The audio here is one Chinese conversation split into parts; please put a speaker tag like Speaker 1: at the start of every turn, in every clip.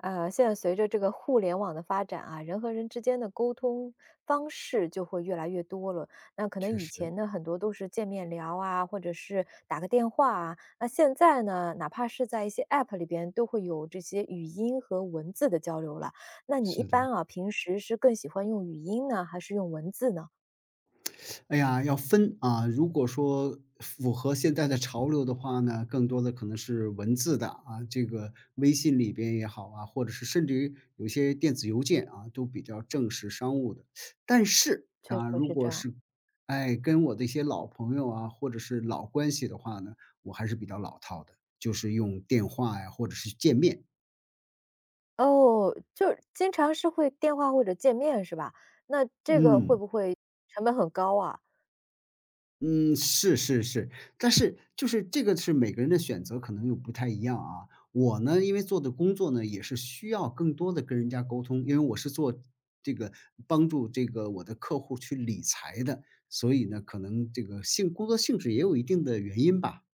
Speaker 1: 现在随着这个互联网的发展啊，人和人之间的沟通方式就会越来越多了。那可能
Speaker 2: 确
Speaker 1: 以
Speaker 2: 实，
Speaker 1: 前呢，很多都是见面聊啊，或者是打个电话啊。那现在呢，哪怕是在一些 App 里边，都会有这些语音和文字的交流了。那你一
Speaker 2: 是的。
Speaker 1: 般啊，平时是更喜欢用语音呢，还是用文字呢？
Speaker 2: 哎呀，要分啊，如果说符合现在的潮流的话呢，更多的可能是文字的啊，这个微信里边也好啊，或者是甚至于有些电子邮件啊，都比较正式商务的。但是
Speaker 1: 确实
Speaker 2: 啊，如
Speaker 1: 是这
Speaker 2: 果
Speaker 1: 样。
Speaker 2: 是哎跟我的一些老朋友啊，或者是老关系的话呢，我还是比较老套的，就是用电话呀，或者是见面。
Speaker 1: 哦，就是经常是会电话或者见面是吧？那这个会
Speaker 2: 嗯。
Speaker 1: 不会成本很高啊？
Speaker 2: 嗯，是是是，但是就是这个是每个人的选择可能又不太一样啊。我呢，因为做的工作呢，也是需要更多的跟人家沟通，因为我是做这个帮助这个我的客户去理财的，所以呢，可能这个性工作性质也有一定的原因吧。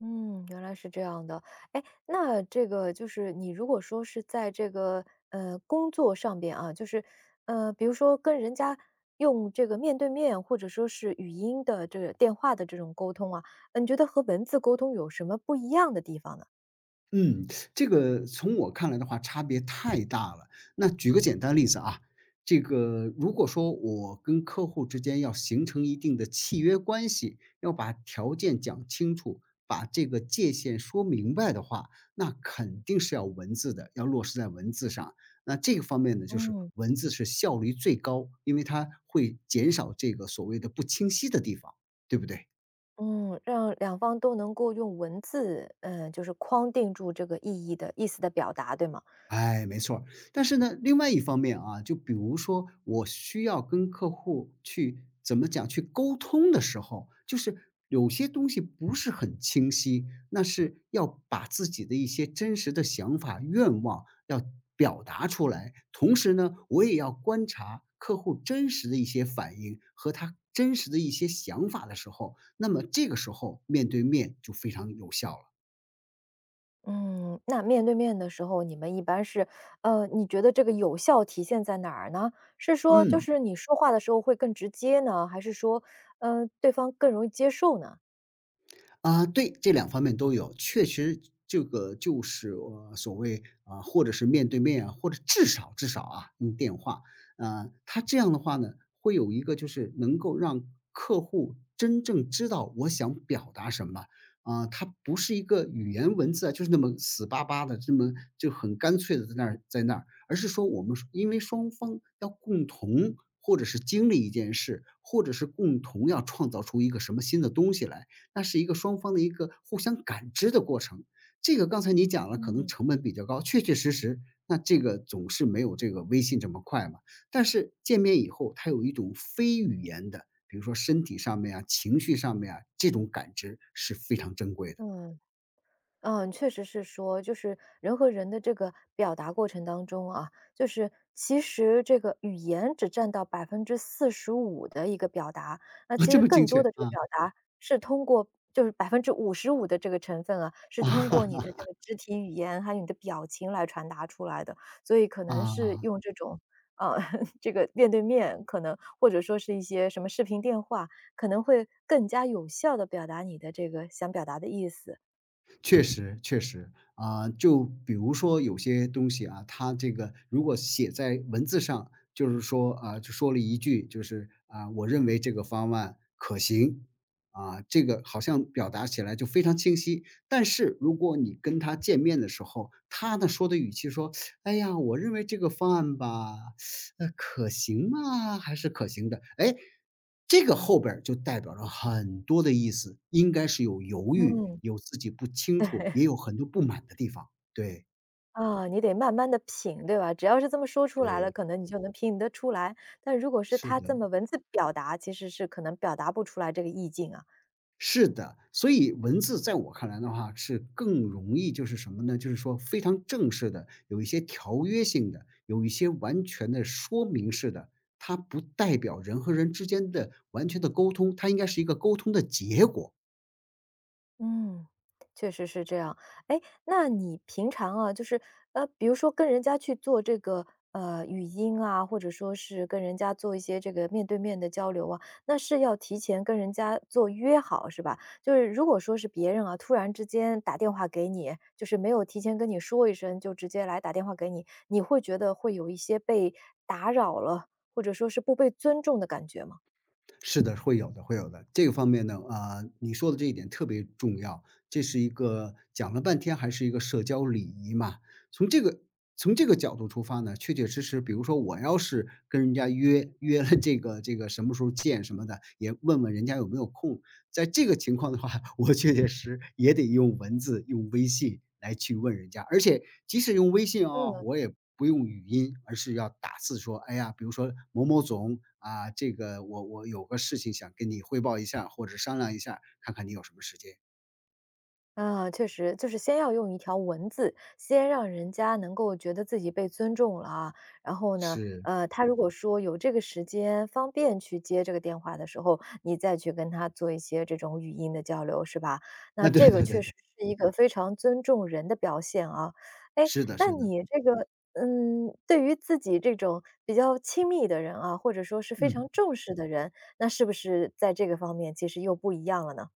Speaker 1: 嗯，原来是这样的。哎，那这个就是你如果说是在这个工作上边啊，就是比如说跟人家用这个面对面或者说是语音的这个电话的这种沟通啊，你觉得和文字沟通有什么不一样的地方呢？
Speaker 2: 嗯，这个从我看来的话，差别太大了。那举个简单例子啊，这个如果说我跟客户之间要形成一定的契约关系，要把条件讲清楚，把这个界限说明白的话，那肯定是要文字的，要落实在文字上。那这个方面呢，就是
Speaker 1: 嗯。
Speaker 2: 文字是效率最高，因为它会减少这个所谓的不清晰的地方，对不对？
Speaker 1: 嗯，让两方都能够用文字，嗯、就是框定住这个意义的意思的表达，对吗？
Speaker 2: 哎，没错儿，但是呢，另外一方面啊，就比如说我需要跟客户去怎么讲去沟通的时候，就是有些东西不是很清晰，那是要把自己的一些真实的想法、愿望要表达出来。同时呢，我也要观察客户真实的一些反应和他真实的一些想法的时候，那么这个时候面对面就非常有效了。
Speaker 1: 嗯，那面对面的时候，你们一般是，你觉得这个有效体现在哪儿呢？是说就
Speaker 2: 嗯。
Speaker 1: 是你说话的时候会更直接呢，还是说，对方更容易接受呢？
Speaker 2: 啊，对，这两方面都有。确实这个就是所谓啊，或者是面对面啊，或者至少至少啊，用电话。啊，它这样的话呢，会有一个就是能够让客户真正知道我想表达什么。啊，它不是一个语言文字啊，就是那么死巴巴的，这么就很干脆的在那儿，而是说我们因为双方要共同或者是经历一件事，或者是共同要创造出一个什么新的东西来，那是一个双方的一个互相感知的过程。这个刚才你讲了，可能
Speaker 1: 嗯。
Speaker 2: 成本比较高，确确实实，那这个总是没有这个微信这么快嘛。但是见面以后，它有一种非语言的，比如说身体上面啊、情绪上面啊，这种感知是非常珍贵的。
Speaker 1: 嗯。嗯，确实是说，就是人和人的这个表达过程当中啊，就是其实这个语言只占到45%的一个表达，那
Speaker 2: 啊，
Speaker 1: 其
Speaker 2: 这
Speaker 1: 实
Speaker 2: 么
Speaker 1: 更
Speaker 2: 精确，
Speaker 1: 多的这个
Speaker 2: 啊，
Speaker 1: 表达是通过就是55%的这个成分啊，是通过你
Speaker 2: 啊
Speaker 1: 的这个肢体语言还有你的表情来传达出来的，所以可 能是
Speaker 2: 啊。
Speaker 1: 用这种。呃，这个面对面可能，或者说是一些什么视频电话，可能会更加有效的表达你的这个想表达的意思。
Speaker 2: 确实，确实，啊，就比如说有些东西啊，他这个如果写在文字上，就是说啊，就说了一句，就是啊，我认为这个方案可行，啊，这个好像表达起来就非常清晰。但是如果你跟他见面的时候，他呢说的语气说，哎呀，我认为这个方案吧，可行吗？还是可行的？哎，这个后边儿就代表了很多的意思，应该是有犹豫，
Speaker 1: 嗯，
Speaker 2: 有自己不清楚，
Speaker 1: 对。
Speaker 2: 也有很多不满的地方。对，
Speaker 1: 啊，你得慢慢的品，对吧？只要是这么说出来了，
Speaker 2: 对，
Speaker 1: 可能你就能品得出来。但如果是
Speaker 2: 是
Speaker 1: 他
Speaker 2: 的，
Speaker 1: 这么文字表达，其实是可能表达不出来这个意境啊。
Speaker 2: 是的。所以文字在我看来的话，是更容易就是什么呢？就是说非常正式的，有一些条约性的，有一些完全的说明式的。它不代表人和人之间的完全的沟通，它应该是一个沟通的结果。
Speaker 1: 嗯，确实是这样。哎，那你平常啊，就是比如说跟人家去做这个语音啊，或者说是跟人家做一些这个面对面的交流啊，那是要提前跟人家做约好是吧？就是如果说是别人啊，突然之间打电话给你，就是没有提前跟你说一声，就直接来打电话给你，你会觉得会有一些被打扰了，或者说是不被尊重的感觉吗？
Speaker 2: 是的，会有的，会有的。这个方面呢，啊、你说的这一点特别重要，这是一个讲了半天还是一个社交礼仪嘛。从这个从这个角度出发呢，确确实实，比如说我要是跟人家约约了这个什么时候见什么的，也问问人家有没有空，在这个情况的话，我确确实也得用文字、用微信来去问人家，而且即使用微信哦，
Speaker 1: 嗯。
Speaker 2: 我也不用语音，而是要打字说："哎呀，比如说某某总啊，这个我有个事情想跟你汇报一下，或者商量一下，看看你有什么时间。"
Speaker 1: 啊，确实，就是先要用一条文字，先让人家能够觉得自己被尊重了啊。然后呢，
Speaker 2: 是，
Speaker 1: 他如果说有这个时间方便去接这个电话的时候，你再去跟他做一些这种语音的交流，是吧？
Speaker 2: 啊，
Speaker 1: 那
Speaker 2: 对
Speaker 1: 这个
Speaker 2: 对
Speaker 1: 确
Speaker 2: 对对，
Speaker 1: 实是一个非常尊重人的表现啊。哎，
Speaker 2: 是的
Speaker 1: 那
Speaker 2: 是的。
Speaker 1: 你这个，嗯，对于自己这种比较亲密的人啊，或者说是非常
Speaker 2: 嗯，
Speaker 1: 重视的人，那是不是在这个方面其实又不一样了呢？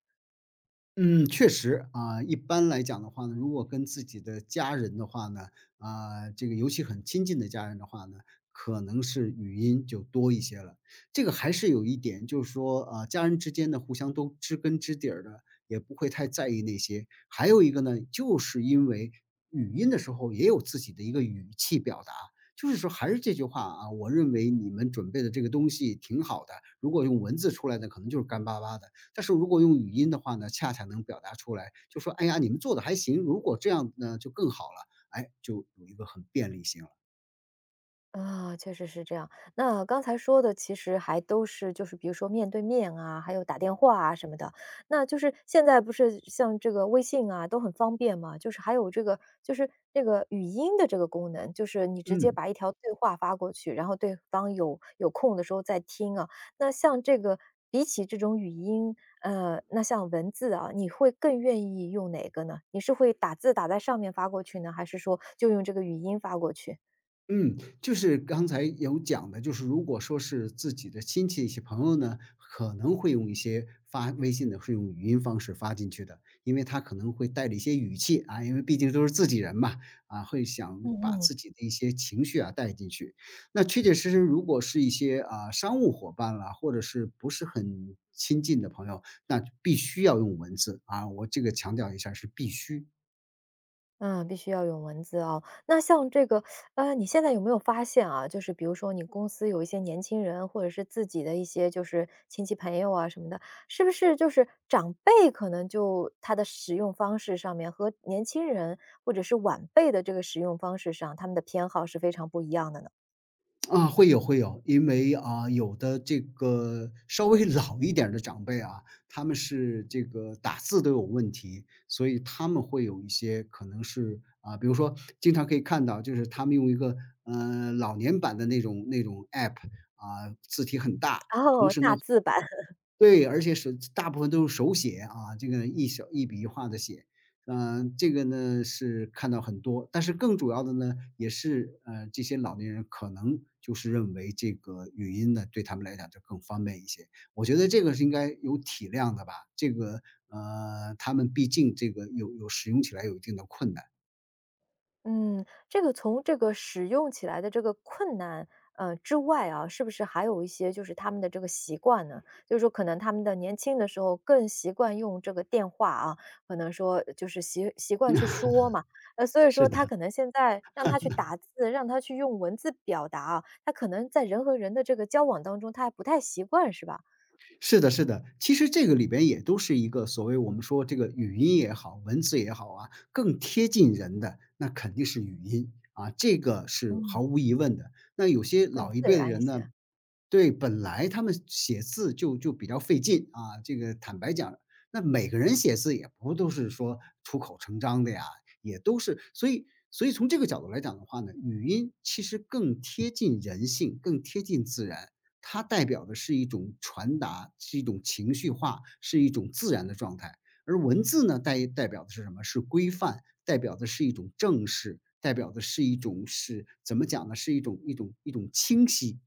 Speaker 2: 嗯，确实啊，一般来讲的话呢，如果跟自己的家人的话呢，啊，这个尤其很亲近的家人的话呢，可能是语音就多一些了。这个还是有一点，就是说啊，家人之间的互相都知根知底儿的，也不会太在意那些。还有一个呢，就是因为语音的时候也有自己的一个语气表达，就是说还是这句话啊，我认为你们准备的这个东西挺好的，如果用文字出来的，可能就是干巴巴的。但是如果用语音的话呢，恰恰能表达出来，就说："哎呀，你们做的还行，如果这样呢就更好了。"哎，就有一个很便利性了。
Speaker 1: 啊，确实是这样。那刚才说的其实还都是就是比如说面对面啊，还有打电话啊什么的。那就是现在不是像这个微信啊都很方便嘛，就是还有这个就是那个语音的这个功能，就是你直接
Speaker 2: 嗯。
Speaker 1: 把一条对话发过去，然后对方有空的时候再听啊。那像这个比起这种语音，那像文字啊，你会更愿意用哪个呢？你是会打字打在上面发过去呢，还是说就用这个语音发过去？
Speaker 2: 嗯，就是刚才有讲的，就是如果说是自己的亲戚、一些朋友呢，可能会用一些发微信的是用语音方式发进去的，因为他可能会带着一些语气啊，因为毕竟都是自己人嘛，啊，会想把
Speaker 1: 嗯
Speaker 2: 自己的一些情绪啊带进去。那确确实实，如果是一些啊商务伙伴啦，或者是不是很亲近的朋友，那必须要用文字啊，我这个强调一下是必须。
Speaker 1: 嗯，必须要有文字哦。那像这个，你现在有没有发现啊，就是比如说你公司有一些年轻人，或者是自己的一些就是亲戚朋友啊什么的，是不是就是长辈可能就他的使用方式上面和年轻人或者是晚辈的这个使用方式上，他们的偏好是非常不一样的呢？
Speaker 2: 啊，会有会有，因为啊，有的这个稍微老一点儿的长辈啊，他们是这个打字都有问题，所以他们会有一些可能是啊，比如说经常可以看到，就是他们用一个老年版的那种 app 啊，字体很大，
Speaker 1: 哦，大字版。
Speaker 2: 对，而且手大部分都是手写啊，这个一手一笔一画的写。嗯，这个呢是看到很多，但是更主要的呢，也是这些老年人可能就是认为这个语音呢对他们来讲就更方便一些。我觉得这个是应该有体量的吧，这个他们毕竟这个有使用起来有一定的困难，
Speaker 1: 嗯，这个从这个使用起来的这个困难，之外啊，是不是还有一些就是他们的这个习惯呢？就是说可能他们的年轻的时候更习惯用这个电话啊，可能说就是习惯去说嘛，所以
Speaker 2: 是
Speaker 1: 说他
Speaker 2: 的。
Speaker 1: 可能现在让他去打字，让他去用文字表达啊，他可能在人和人的这个交往当中，他还不太习惯是吧？
Speaker 2: 是的，是的，其实这个里边也都是一个所谓我们说这个语音也好，文字也好啊，更贴近人的那肯定是语音啊，这个是
Speaker 1: 嗯，
Speaker 2: 毫无疑问的。那有些
Speaker 1: 更
Speaker 2: 老一
Speaker 1: 自
Speaker 2: 辈的
Speaker 1: 然一
Speaker 2: 人呢，
Speaker 1: 些。
Speaker 2: 对，本来他们写字就比较费劲啊，这个坦白讲，那每个人写字也不都是说出口成章的呀，也都是，所以从这个角度来讲的话呢，语音其实更贴近人性，更贴近自然。它代表的是一种传达，是一种情绪化，是一种自然的状态。而文字呢，代表的是什么？是规范，代表的是一种正式，代表的是一种是怎么讲呢？是一种清晰。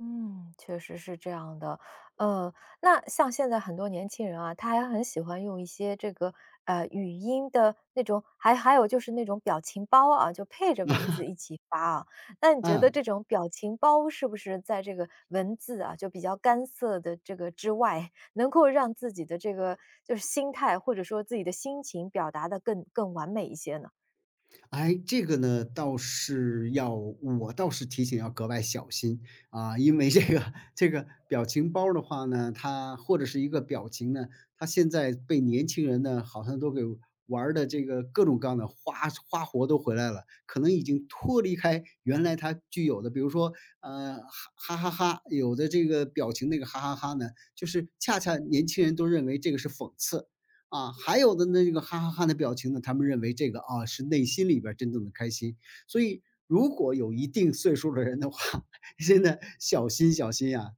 Speaker 1: 嗯，确实是这样的。呃，那像现在很多年轻人啊，他还很喜欢用一些这个语音的那种，还有就是那种表情包啊，就配着文字一起发啊。那你觉得
Speaker 2: 嗯。
Speaker 1: 这种表情包是不是在这个文字啊，就比较干涩的这个之外，能够让自己的这个就是心态或者说自己的心情表达的更完美一些呢？
Speaker 2: 哎，这个呢，倒是要我倒是提醒要格外小心啊。因为这个 这个表情包儿的话呢，它或者是一个表情呢，它现在被年轻人呢好像都给玩的这个各种各样的花活都回来了，可能已经脱离开原来它具有的，比如说呃哈哈哈哈，有的这个表情那个哈哈哈呢，就是恰恰年轻人都认为这个是讽刺，啊，还有的那个哈哈哈的表情呢，他们认为这个啊是内心里边儿真正的开心。所以如果有一定岁数的人的话，真的小心小心呀。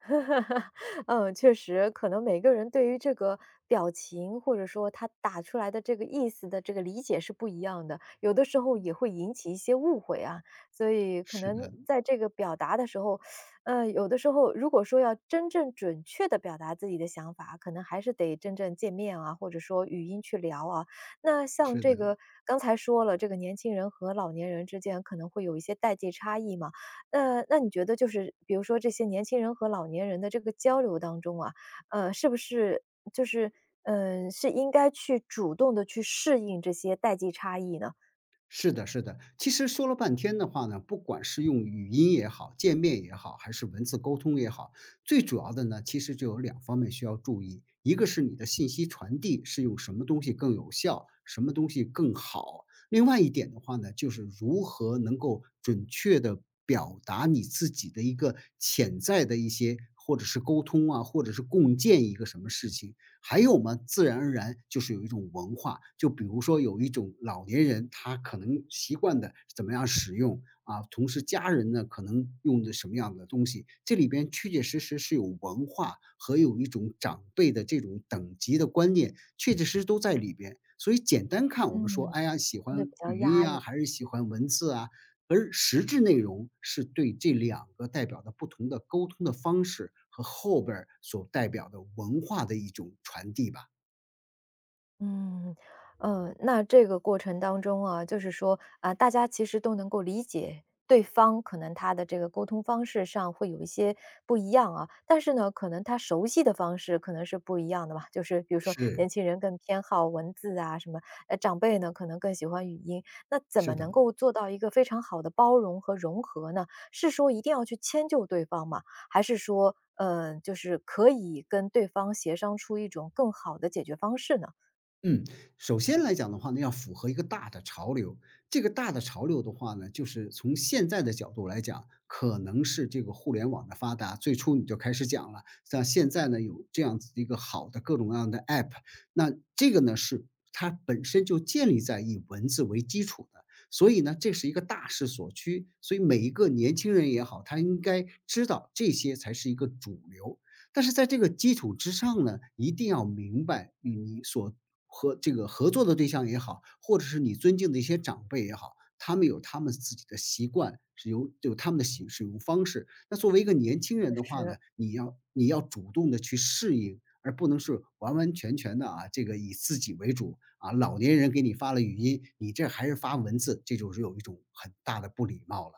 Speaker 1: 嗯，确实，可能每个人对于这个表情，或者说他打出来的这个意思的这个理解是不一样的，有的时候也会引起一些误会啊。所以可
Speaker 2: 是
Speaker 1: 能
Speaker 2: 的，
Speaker 1: 在这个表达的时候，有的时候如果说要真正准确的表达自己的想法，可能还是得真正见面啊，或者说语音去聊啊。那像
Speaker 2: 是
Speaker 1: 这
Speaker 2: 的。
Speaker 1: 个刚才说了，这个年轻人和老年人之间可能会有一些代际差异嘛。那你觉得就是比如说这些年轻人和老年人的这个交流当中啊，是不是就是，嗯，是应该去主动的去适应这些代际差异呢？
Speaker 2: 是的。其实说了半天的话呢，不管是用语音也好，见面也好，还是文字沟通也好，最主要的呢，其实就有两方面需要注意。一个是你的信息传递是用什么东西更有效，什么东西更好。另外一点的话呢，就是如何能够准确的表达你自己的一个潜在的一些，或者是沟通啊，或者是共建一个什么事情。还有嘛，自然而然就是有一种文化，就比如说有一种老年人，他可能习惯的怎么样使用啊，同时家人呢可能用的什么样的东西，这里边确确实实是有文化和有一种长辈的这种等级的观念，确确实实都在里边。所以简单看，我们说，
Speaker 1: 嗯。
Speaker 2: 哎呀，喜
Speaker 1: 相对
Speaker 2: 欢
Speaker 1: 比较
Speaker 2: 语音
Speaker 1: 压
Speaker 2: 呀、
Speaker 1: 抑。
Speaker 2: 还是喜欢文字啊，而实质内容是对这两个代表的不同的沟通的方式和后边儿所代表的文化的一种传递吧。
Speaker 1: 嗯，那这个过程当中啊，就是说啊，大家其实都能够理解对方，可能他的这个沟通方式上会有一些不一样啊，但是呢，可能他熟悉的方式可能是不一样的吧。就是比如说，
Speaker 2: 是，
Speaker 1: 年轻人更偏好文字啊什么，长辈呢可能更喜欢语音。那怎么
Speaker 2: 是的。
Speaker 1: 能够做到一个非常好的包容和融合呢？是说一定要去迁就对方吗？还是说，就是可以跟对方协商出一种更好的解决方式呢？
Speaker 2: 嗯，首先来讲的话呢，要符合一个大的潮流。这个大的潮流的话呢，就是从现在的角度来讲，可能是这个互联网的发达。最初你就开始讲了，像现在呢有这样子的一个好的各种各样的 App，那这个呢是它本身就建立在以文字为基础的，所以呢这是一个大势所趋。所以每一个年轻人也好，他应该知道这些才是一个主流。但是在这个基础之上呢，一定要明白与你所和这个合作的对象也好，或者是你尊敬的一些长辈也好，他们有他们自己的习惯，是有他们的习使用方式。那作为一个年轻
Speaker 1: 确
Speaker 2: 人的话呢，
Speaker 1: 实，
Speaker 2: 你要主动的去适应，而不能是完完全全的啊，这个以自己为主啊。老年人给你发了语音，你这还是发文字，这就是有一种很大的不礼貌了。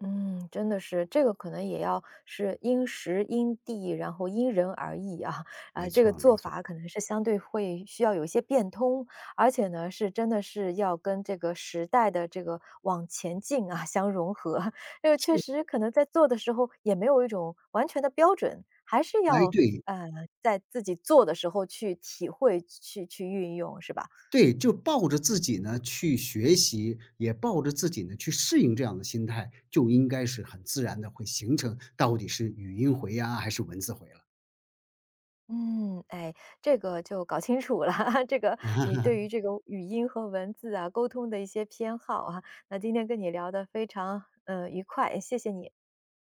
Speaker 1: 嗯，真的是，这个可能也要是因时因地，然后因人而异啊，
Speaker 2: 没
Speaker 1: 啊，这个
Speaker 2: 错儿没
Speaker 1: 做
Speaker 2: 错儿。
Speaker 1: 法可能是相对会需要有一些变通，而且呢，是真的是要跟这个时代的这个往前进啊，相融合。这个确实可能在做的时候也没有一种完全的标准，还是
Speaker 2: 哎，
Speaker 1: 要，
Speaker 2: 对。
Speaker 1: 呃，在自己做的时候去体会、去运用，是吧？
Speaker 2: 对，就抱着自己呢去学习，也抱着自己呢去适应这样的心态，就应该是很自然的，会形成到底是语音回呀，还是文字回了。
Speaker 1: 嗯，哎，这个就搞清楚了，这个你 对于这个语音和文字啊，沟通的一些偏好啊，那今天跟你聊的非常，愉快，谢谢你。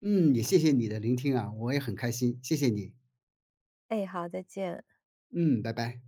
Speaker 2: 嗯，也谢谢你的聆听啊，我也很开心，谢谢你。
Speaker 1: 哎，好，再见。
Speaker 2: 嗯，拜拜。